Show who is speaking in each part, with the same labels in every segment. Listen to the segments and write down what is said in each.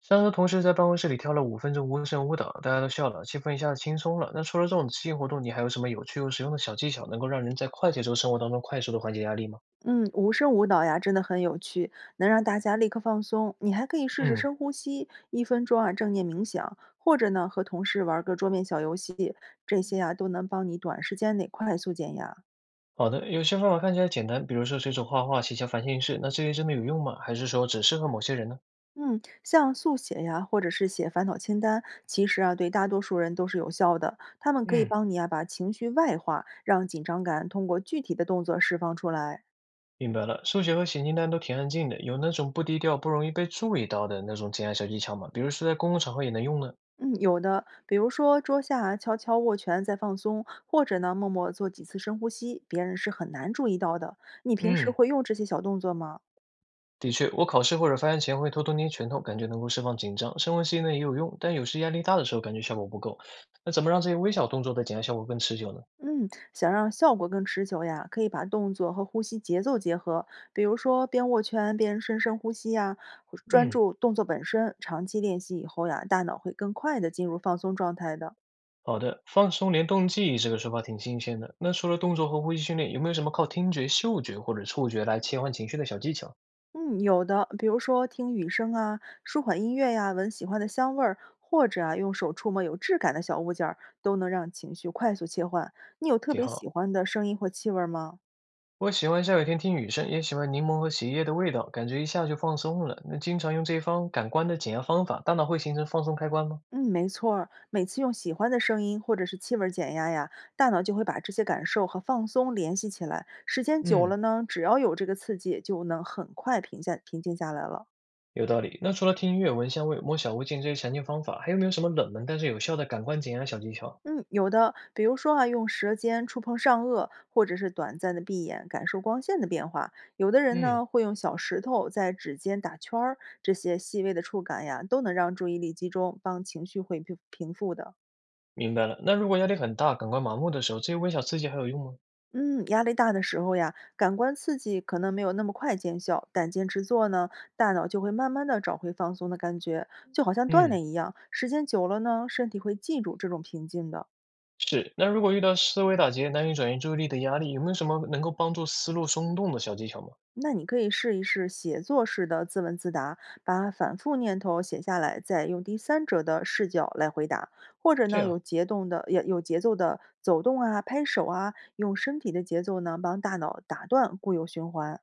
Speaker 1: 三个同事在办公室里跳了5分钟无声舞蹈，大家都笑了，气氛一下子轻松了。那除了这种即兴活动，你还有什么有趣又实用的小技巧，能够让人在快节奏生活当中快速的缓解压力吗？
Speaker 2: 嗯，无声舞蹈呀，真的很有趣，能让大家立刻放松。你还可以试试
Speaker 1: 嗯，
Speaker 2: 深呼吸，一分钟啊正念冥想，或者呢和同事玩个桌面小游戏，这些呀都能帮你短时间内快速减压。
Speaker 1: 好的，有些方法看起来简单，比如说随手画画、写下烦心事，那这些真的有用吗？还是说只适合某些人呢？
Speaker 2: 嗯，像速写呀，或者是写烦恼清单，其实啊对大多数人都是有效的。他们可以
Speaker 1: 嗯，
Speaker 2: 帮你啊把情绪外化，让紧张感通过具体的动作释放出来。
Speaker 1: 明白了，数学和写清单都挺安静的，有那种不低调、不容易被注意到的那种减压小技巧吗？比如说在公共场合也能用呢？
Speaker 2: 嗯，有的，比如说桌下悄悄握拳再放松，或者呢默默做几次深呼吸，别人是很难注意到的。你平时
Speaker 1: 嗯。
Speaker 2: 会用这些小动作吗？
Speaker 1: 的确，我考试或者发言前会偷偷捏拳头，感觉能够释放紧张。深呼吸呢也有用，但有时压力大的时候感觉效果不够。那怎么让这些微小动作的减压效果更持久呢？
Speaker 2: 嗯，想让效果更持久呀，可以把动作和呼吸节奏结合，比如说边握拳边深深呼吸呀，或专
Speaker 1: 嗯，
Speaker 2: 注动作本身。长期练习以后呀，大脑会更快的进入放松状态的。
Speaker 1: 好的，放松联动记忆这个说法挺新鲜的。那除了动作和呼吸训练，有没有什么靠听觉、嗅觉或者触觉来切换情绪的小技巧？
Speaker 2: 嗯，有的，比如说听雨声啊，舒缓音乐呀，闻喜欢的香味儿，或者啊用手触摸有质感的小物件儿，都能让情绪快速切换。你有特
Speaker 1: 挺
Speaker 2: 别喜
Speaker 1: 好。
Speaker 2: 欢的声音或气味儿吗？
Speaker 1: 我喜欢下雨天听雨声，也喜欢柠檬和洗衣液的味道，感觉一下就放松了。那经常用这一方感官的减压方法，大脑会形成放松开关吗？
Speaker 2: 嗯，没错儿，每次用喜欢的声音或者是气味儿减压呀，大脑就会把这些感受和放松联系起来。时间久
Speaker 1: 嗯，
Speaker 2: 了呢，只要有这个刺激，就能很快平静下来了。
Speaker 1: 有道理。那除了听音乐、闻香味、摸小物件这些常见方法，还有没有什么冷门但是有效的感官减压小技巧？
Speaker 2: 嗯，有的，比如说啊，用舌尖触碰上颚，或者是短暂的闭眼感受光线的变化。有的人
Speaker 1: 嗯，
Speaker 2: 呢，会用小石头在指尖打圈儿，这些细微的触感呀，都能让注意力集中，帮情绪会平复的。
Speaker 1: 明白了。那如果压力很大、感官麻木的时候，这些微小刺激还有用吗？
Speaker 2: 嗯，压力大的时候呀，感官刺激可能没有那么快见效，但坚持做呢，大脑就会慢慢的找回放松的感觉，就好像锻
Speaker 1: 嗯，
Speaker 2: 炼一样，时间久了呢，身体会记住这种平静的。
Speaker 1: 是。那如果遇到思维打结、难以转移注意力的压力，有没有什么能够帮助思路松动的小技巧吗？
Speaker 2: 那你可以试一试写作式的自问自答，把反复念头写下来，再用第三者的视角来回答，或者
Speaker 1: 这
Speaker 2: 呢
Speaker 1: 样
Speaker 2: 有节奏的走动啊、拍手啊，用身体的节奏呢帮大脑打断固有循环。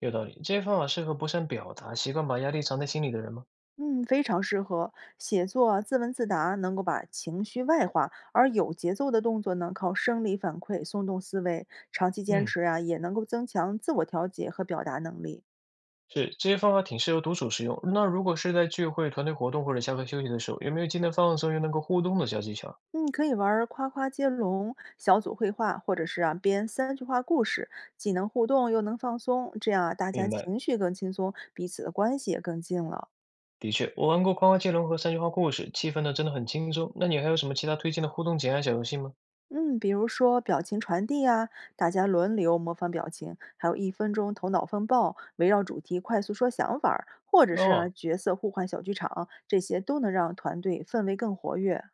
Speaker 1: 有道理。这些方法适合不善表达、习惯把压力藏在心里的人吗？
Speaker 2: 嗯，非常适合写作啊自问自答，能够把情绪外化，而有节奏的动作呢，靠生理反馈松动思维，长期坚
Speaker 1: 嗯，
Speaker 2: 持啊，也能够增强自我调节和表达能力。
Speaker 1: 是，这些方法挺适合独处使用。那如果是在聚会、团队活动或者下课休息的时候，有没有既能放松又能够互动的小技巧？
Speaker 2: 嗯，可以玩儿夸夸接龙、小组绘画，或者是啊编三句话故事，既能互动又能放松，这样啊大家
Speaker 1: 明白。
Speaker 2: 情绪更轻松，彼此的关系也更近了。
Speaker 1: 的确，我玩过夸夸接龙和三句话故事，气氛呢真的很轻松。那你还有什么其他推荐的互动减压小游戏吗？
Speaker 2: 嗯，比如说表情传递啊，大家轮流模仿表情，还有一分钟头脑风暴，围绕主题快速说想法儿或者是啊
Speaker 1: 哦，
Speaker 2: 角色互换小剧场，这些都能让团队氛围更活跃。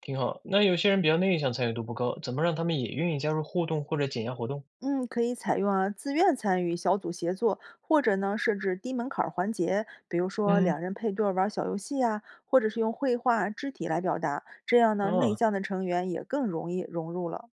Speaker 1: 挺好。那有些人比较内向，参与度不高，怎么让他们也愿意加入互动或者减压活动？
Speaker 2: 嗯，可以采用啊，自愿参与小组协作，或者呢设置低门槛儿环节，比如说
Speaker 1: 嗯，
Speaker 2: 2人配对儿玩儿小游戏呀，或者是用绘画、肢体来表达，这样呢内
Speaker 1: 哦，
Speaker 2: 向的成员也更容易融入了。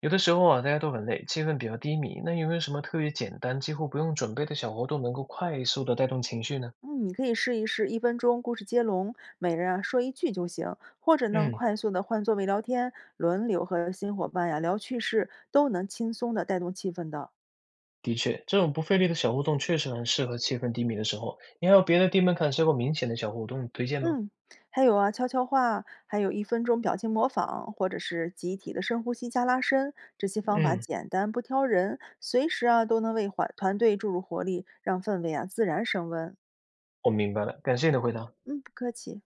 Speaker 1: 有的时候啊，大家都很累，气氛比较低迷，那有没有什么特别简单、几乎不用准备的小活动，能够快速的带动情绪呢？
Speaker 2: 嗯，你可以试一试一分钟故事接龙，每人啊说一句就行，或者呢
Speaker 1: 嗯，
Speaker 2: 快速的换座位聊天，轮流和新伙伴呀、聊趣事，都能轻松的带动气氛的。
Speaker 1: 的确，这种不费力的小互动确实很适合气氛低迷的时候。你还有别的低门槛效果明显的小活动推荐吗？
Speaker 2: 嗯，还有啊，悄悄话，还有一分钟表情模仿，或者是集体的深呼吸加拉伸，这些方法
Speaker 1: 嗯，
Speaker 2: 简单不挑人，随时啊都能为团队注入活力，让氛围啊自然升温。
Speaker 1: 我明白了，感谢你的回答。
Speaker 2: 嗯，不客气。